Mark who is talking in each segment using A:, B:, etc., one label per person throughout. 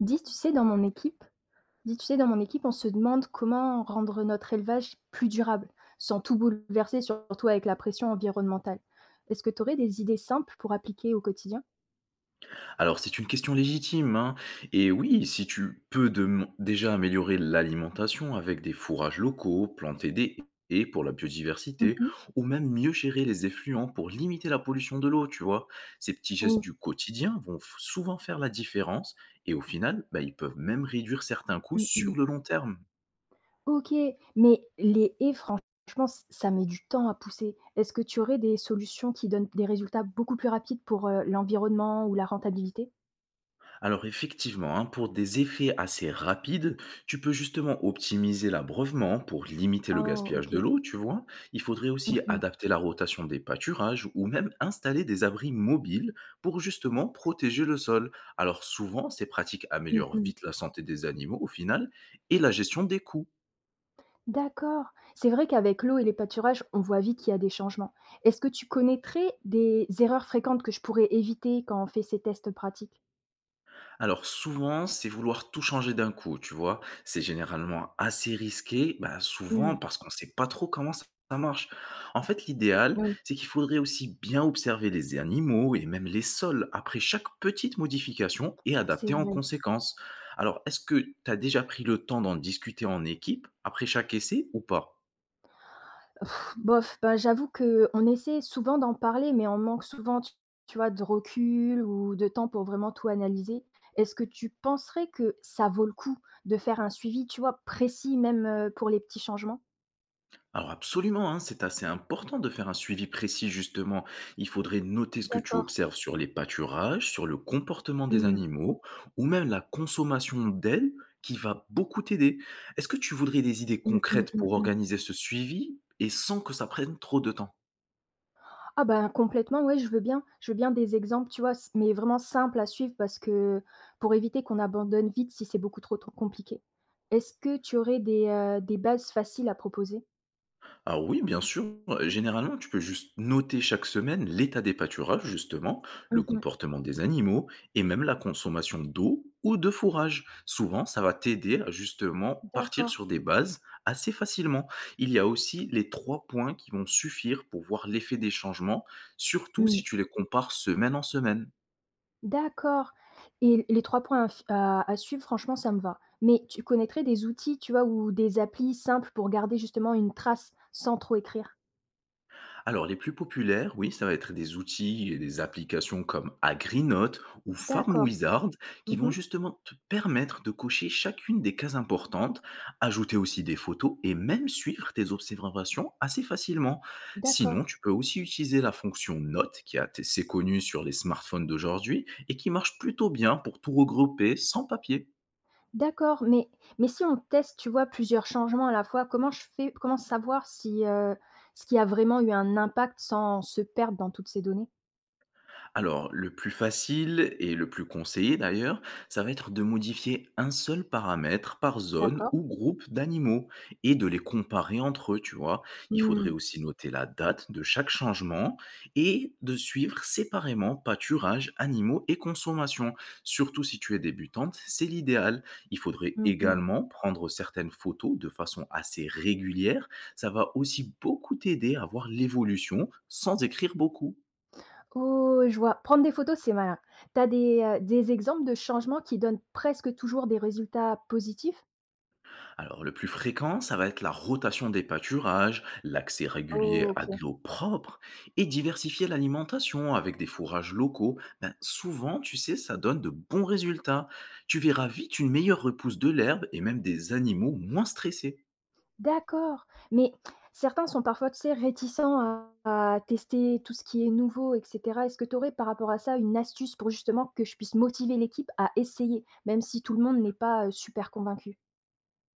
A: Dis, tu sais, dans mon équipe Dis, tu sais, dans mon équipe, on se demande comment rendre notre élevage plus durable, sans tout bouleverser, surtout avec la pression environnementale. Est-ce que tu aurais des idées simples pour appliquer au quotidien?
B: Alors c'est une question légitime, hein. Et oui, si tu peux déjà améliorer l'alimentation avec des fourrages locaux, planter des haies pour la biodiversité,
A: Mmh.
B: ou même mieux gérer les effluents pour limiter la pollution de l'eau, tu vois. Ces petits gestes
A: Oui.
B: du quotidien vont souvent faire la différence et au final, bah, ils peuvent même réduire certains coûts
A: Mmh mh.
B: sur le long terme.
A: OK, mais les haies, franchement, ç ça met du temps à pousser. Est-ce que tu aurais des solutions qui donnent des résultats beaucoup plus rapides pour l'environnement ou la rentabilité?
B: Alors effectivement, hein, pour des effets assez rapides, tu peux justement optimiser l'abreuvement pour limiter le
A: Oh,
B: gaspillage de
A: OK.
B: l'eau, tu vois. Il faudrait
A: Mmh
B: aussi
A: mh.
B: adapter la rotation des pâturages ou même installer des abris mobiles pour justement protéger le sol. Alors souvent, ces pratiques
A: Mmh
B: améliorent
A: mh.
B: vite la santé des animaux au final et la gestion des coûts.
A: D'accord. C'est vrai qu'avec l'eau et les pâturages, on voit vite qu'il y a des changements. Est-ce que tu connaîtrais des erreurs fréquentes que je pourrais éviter quand on fait ces tests pratiques?
B: Alors souvent, c'est vouloir tout changer d'un coup, tu vois? C'est généralement assez risqué, bah, souvent
A: Mmh,
B: parce qu'on ne sait pas trop comment ça marche. En fait, l'idéal,
A: oui.
B: c'est qu'il faudrait aussi bien observer les animaux et même les sols après chaque petite modification et
A: C'est
B: adapter en
A: vrai.
B: conséquence. Alors, est-ce que tu as déjà pris le temps d'en discuter en équipe après chaque essai ou pas?
A: Pff, bof, ben j'avoue qu'on essaie souvent d'en parler, mais on manque souvent, tu vois, de recul ou de temps pour vraiment tout analyser. Est-ce que tu penserais que ça vaut le coup de faire un suivi, tu vois, précis même, pour les petits changements?
B: Alors absolument, hein, c'est assez important de faire un suivi précis justement. Il faudrait noter ce que tu
A: D'accord.
B: observes sur les pâturages, sur le comportement des
A: Mmh.
B: animaux ou même la consommation d'ailes qui va beaucoup t'aider. Est-ce que tu voudrais des idées
A: Mmh, mmh,
B: concrètes
A: mmh,
B: pour
A: mmh.
B: organiser ce suivi et sans que ça prenne trop de temps?
A: Ah bah, complètement, ouais, je veux bien des exemples, tu vois? S Mais vraiment simples à suivre parce que pour éviter qu'on abandonne vite si c'est beaucoup trop, compliqué. Est-ce que tu aurais des bases faciles à proposer?
B: Alors oui, bien sûr. Généralement, tu peux juste noter chaque semaine l'état des pâturages justement, le
A: Mmh.
B: comportement des animaux et même la consommation d'eau ou de fourrage. Souvent, ça va t'aider à justement partir
A: D'accord.
B: sur des bases assez facilement. Il y a aussi les 3 points qui vont suffire pour voir l'effet des changements, surtout si
A: Mmh.
B: tu les compares semaine en semaine.
A: D'accord, et les 3 points à f à suivre, franchement, ça me va. Mais tu connaîtrais des outils, tu vois, ou des applis simples pour garder justement une trace sans trop écrire?
B: Alors, les plus populaires, oui, ça va être des outils et des applications comme Agrinote ou Farm
A: D'accord.
B: Wizard qui vont
A: Mmh.
B: justement te permettre de cocher chacune des cases importantes, ajouter aussi des photos et même suivre tes observations assez facilement.
A: D'accord.
B: Sinon, tu peux aussi utiliser la fonction Note qui est assez connue sur les smartphones d'aujourd'hui et qui marche plutôt bien pour tout regrouper sans papier.
A: D'accord, mais si on teste, tu vois, plusieurs changements à la fois, comment je fais comment savoir si, ce qui a vraiment eu un impact sans se perdre dans toutes ces données?
B: Alors, le plus facile et le plus conseillé d'ailleurs, ça va être de modifier un seul paramètre par zone
A: D'accord.
B: ou groupe d'animaux et de les comparer entre eux, tu vois. Il faudrait
A: Mmh.
B: aussi noter la date de chaque changement et de suivre séparément pâturage, animaux et consommation. Surtout si tu es débutante, c'est l'idéal. Il faudrait
A: Mmh mh.
B: également prendre certaines photos de façon assez régulière. Ça va aussi beaucoup t'aider à voir l'évolution sans écrire beaucoup.
A: Oh, je vois. Prendre des photos, c'est malin. Tu as des exemples de changements qui donnent presque toujours des résultats positifs?
B: Alors, le plus fréquent, ça va être la rotation des pâturages, l'accès régulier à de
A: OK.
B: l'eau propre et diversifier l'alimentation avec des fourrages locaux. Ben, souvent, tu sais, ça donne de bons résultats. Tu verras vite une meilleure repousse de l'herbe et même des animaux moins stressés.
A: D'accord, mais certains sont parfois, tu sais, réticents à tester tout ce qui est nouveau et cetera. Est-ce que tu aurais par rapport à ça une astuce pour justement que je puisse motiver l'équipe à essayer, même si tout le monde n'est pas, super convaincu?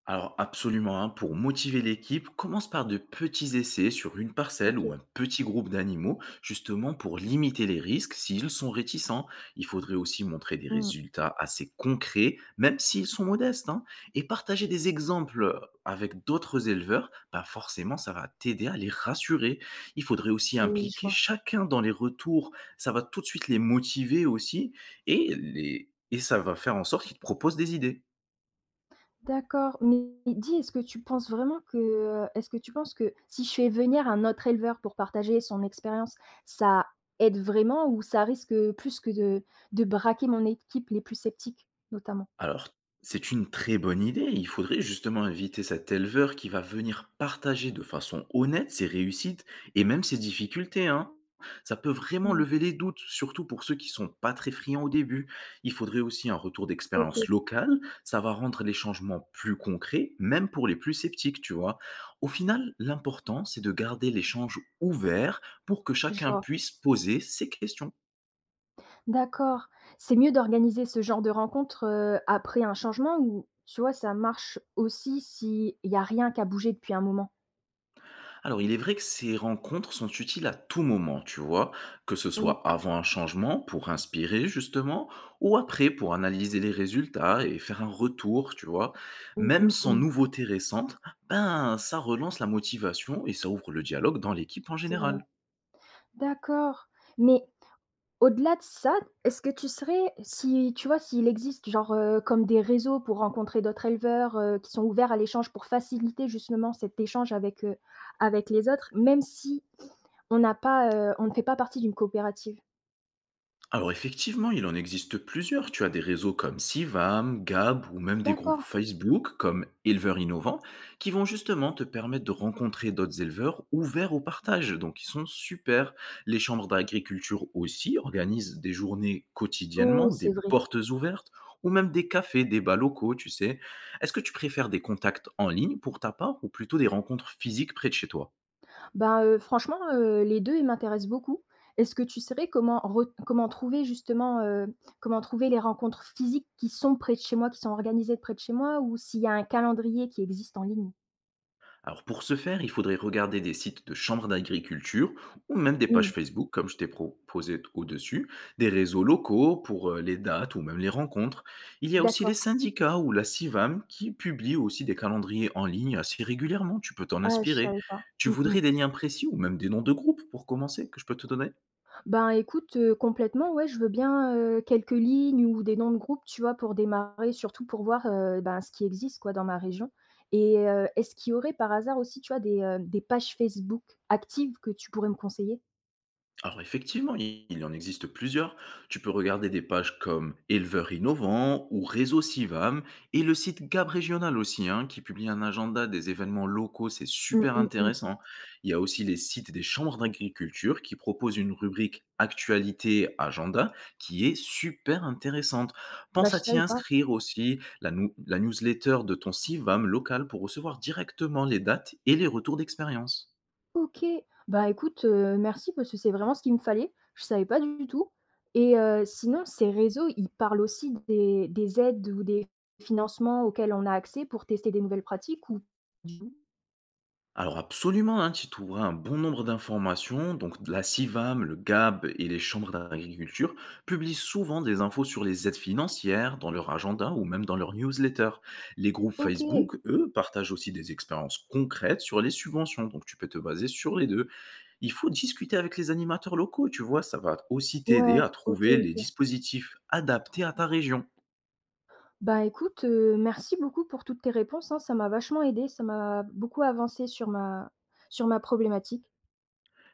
B: Alors absolument, hein, pour motiver l'équipe, commence par de petits essais sur une parcelle ou
A: OK.
B: un petit groupe d'animaux, justement pour limiter les risques s'ils sont réticents. Il faudrait aussi montrer des
A: Mmh.
B: résultats assez concrets, même s'ils sont modestes, hein, et partager des exemples avec d'autres éleveurs, bah forcément ça va t'aider à les rassurer. Il faudrait aussi
A: Oui, je
B: impliquer
A: vois.
B: chacun dans les retours, ça va tout de suite les motiver aussi, et ça va faire en sorte qu'ils te proposent des idées.
A: D'accord, mais dis, est-ce que tu penses vraiment que, est-ce que tu penses que si je fais venir un autre éleveur pour partager son expérience, ça aide vraiment ou ça risque, plus que de braquer mon équipe les plus sceptiques, notamment?
B: Alors, c'est une très bonne idée. Il faudrait justement inviter cet éleveur qui va venir partager de façon honnête ses réussites et même ses difficultés, hein. Ça peut vraiment
A: Mmh.
B: lever les doutes, surtout pour ceux qui sont pas très friands au début. Il faudrait aussi un retour
A: OK,
B: d'expérience locale. Ça va rendre les changements plus concrets, même pour les plus sceptiques, tu vois. Au final, l'important, c'est de garder l'échange ouvert pour que
A: je
B: chacun
A: vois.
B: puisse poser ses questions.
A: D'accord. C'est mieux d'organiser ce genre de rencontre, après un changement ou tu vois, ça marche aussi s'il y a rien qu'à bouger depuis un moment?
B: Alors, il est vrai que ces rencontres sont utiles à tout moment, tu vois, que ce
A: Oui.
B: soit avant un changement pour inspirer justement, ou après pour analyser les résultats et faire un retour, tu vois.
A: Mmh,
B: Même
A: mmh,
B: sans
A: mmh.
B: nouveauté récente, ben ça relance la motivation et ça ouvre le dialogue dans l'équipe en
A: C'est vrai.
B: général.
A: D'accord. Mais au-delà de ça, est-ce que tu serais si tu vois, s'il existe genre, comme des réseaux pour rencontrer d'autres éleveurs, qui sont ouverts à l'échange pour faciliter justement cet échange avec, avec les autres, même si on n'a pas, on ne fait pas partie d'une coopérative?
B: Alors effectivement, il en existe plusieurs. Tu as des réseaux comme Sivam, Gab ou même des groupes
A: D'accord.
B: Facebook comme Éleveurs Innovants qui vont justement te permettre de rencontrer d'autres éleveurs ouverts au partage. Donc ils sont super. Les chambres d'agriculture aussi organisent des journées quotidiennement,
A: Oh, c'est
B: des
A: vrai.
B: portes ouvertes ou même des cafés, des bas locaux, tu sais. Est-ce que tu préfères des contacts en ligne pour ta part ou plutôt des rencontres physiques près de chez toi?
A: Ben, franchement, les 2 ils m'intéressent beaucoup. Est-ce que tu saurais comment trouver justement, comment trouver les rencontres physiques qui sont près de chez moi, qui sont organisées près de chez moi ou s'il y a un calendrier qui existe en ligne?
B: Alors pour ce faire, il faudrait regarder des sites de chambres d'agriculture ou même des pages
A: Mmh.
B: Facebook, comme je t'ai proposé au-dessus, des réseaux locaux pour les dates ou même les rencontres. Il y a aussi les
A: D'accord.
B: syndicats ou la CIVAM qui publient aussi des calendriers en ligne assez régulièrement, tu peux t'en
A: Ah, je
B: inspirer.
A: savais pas.
B: Tu
A: Mmh mh.
B: voudrais des liens précis ou même des noms de groupes pour commencer que je peux te donner?
A: Ben, écoute, complètement, ouais, je veux bien, quelques lignes ou des noms de groupes, tu vois, pour démarrer, surtout pour voir, ben, ce qui existe, quoi, dans ma région. Et est-ce qu'il y aurait par hasard aussi, tu vois, des pages Facebook actives que tu pourrais me conseiller?
B: Alors effectivement, i il en existe plusieurs. Tu peux regarder des pages comme Éleveurs innovants ou Réseau Sivam et le site Gab Régional aussi, hein, qui publie un agenda des événements locaux, c'est
A: Mmh
B: super
A: mh mh.
B: intéressant. Il y a aussi les sites des chambres d'agriculture qui proposent une rubrique Actualité Agenda qui est super intéressante.
A: Bah,
B: Pense
A: je
B: à t'y
A: savais pas.
B: inscrire aussi, la, la newsletter de ton Sivam local pour recevoir directement les dates et les retours d'expérience.
A: OK. Bah, écoute, merci parce que c'est vraiment ce qu'il me fallait. Je savais pas du tout. Et sinon ces réseaux, ils parlent aussi des aides ou des financements auxquels on a accès pour tester des nouvelles pratiques ou...
B: Alors absolument, hein, tu trouveras un bon nombre d'informations. Donc la CIVAM, le GAB et les chambres d'agriculture publient souvent des infos sur les aides financières dans leur agenda ou même dans leur newsletter. Les groupes
A: OK,
B: Facebook, eux, partagent aussi des expériences concrètes sur les subventions. Donc tu peux te baser sur les deux. Il faut discuter avec les animateurs locaux, tu vois, ça va aussi t'aider
A: ouais,
B: à
A: OK,
B: trouver les
A: OK.
B: dispositifs adaptés à ta région.
A: Bah, écoute, merci beaucoup pour toutes tes réponses, hein, ça m'a vachement aidée, ça m'a beaucoup avancée sur ma problématique.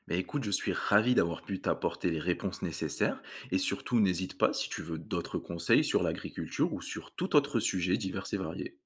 B: Bah écoute, je suis ravi d'avoir pu t'apporter les réponses nécessaires et surtout n'hésite pas si tu veux d'autres conseils sur l'agriculture ou sur tout autre sujet divers et varié.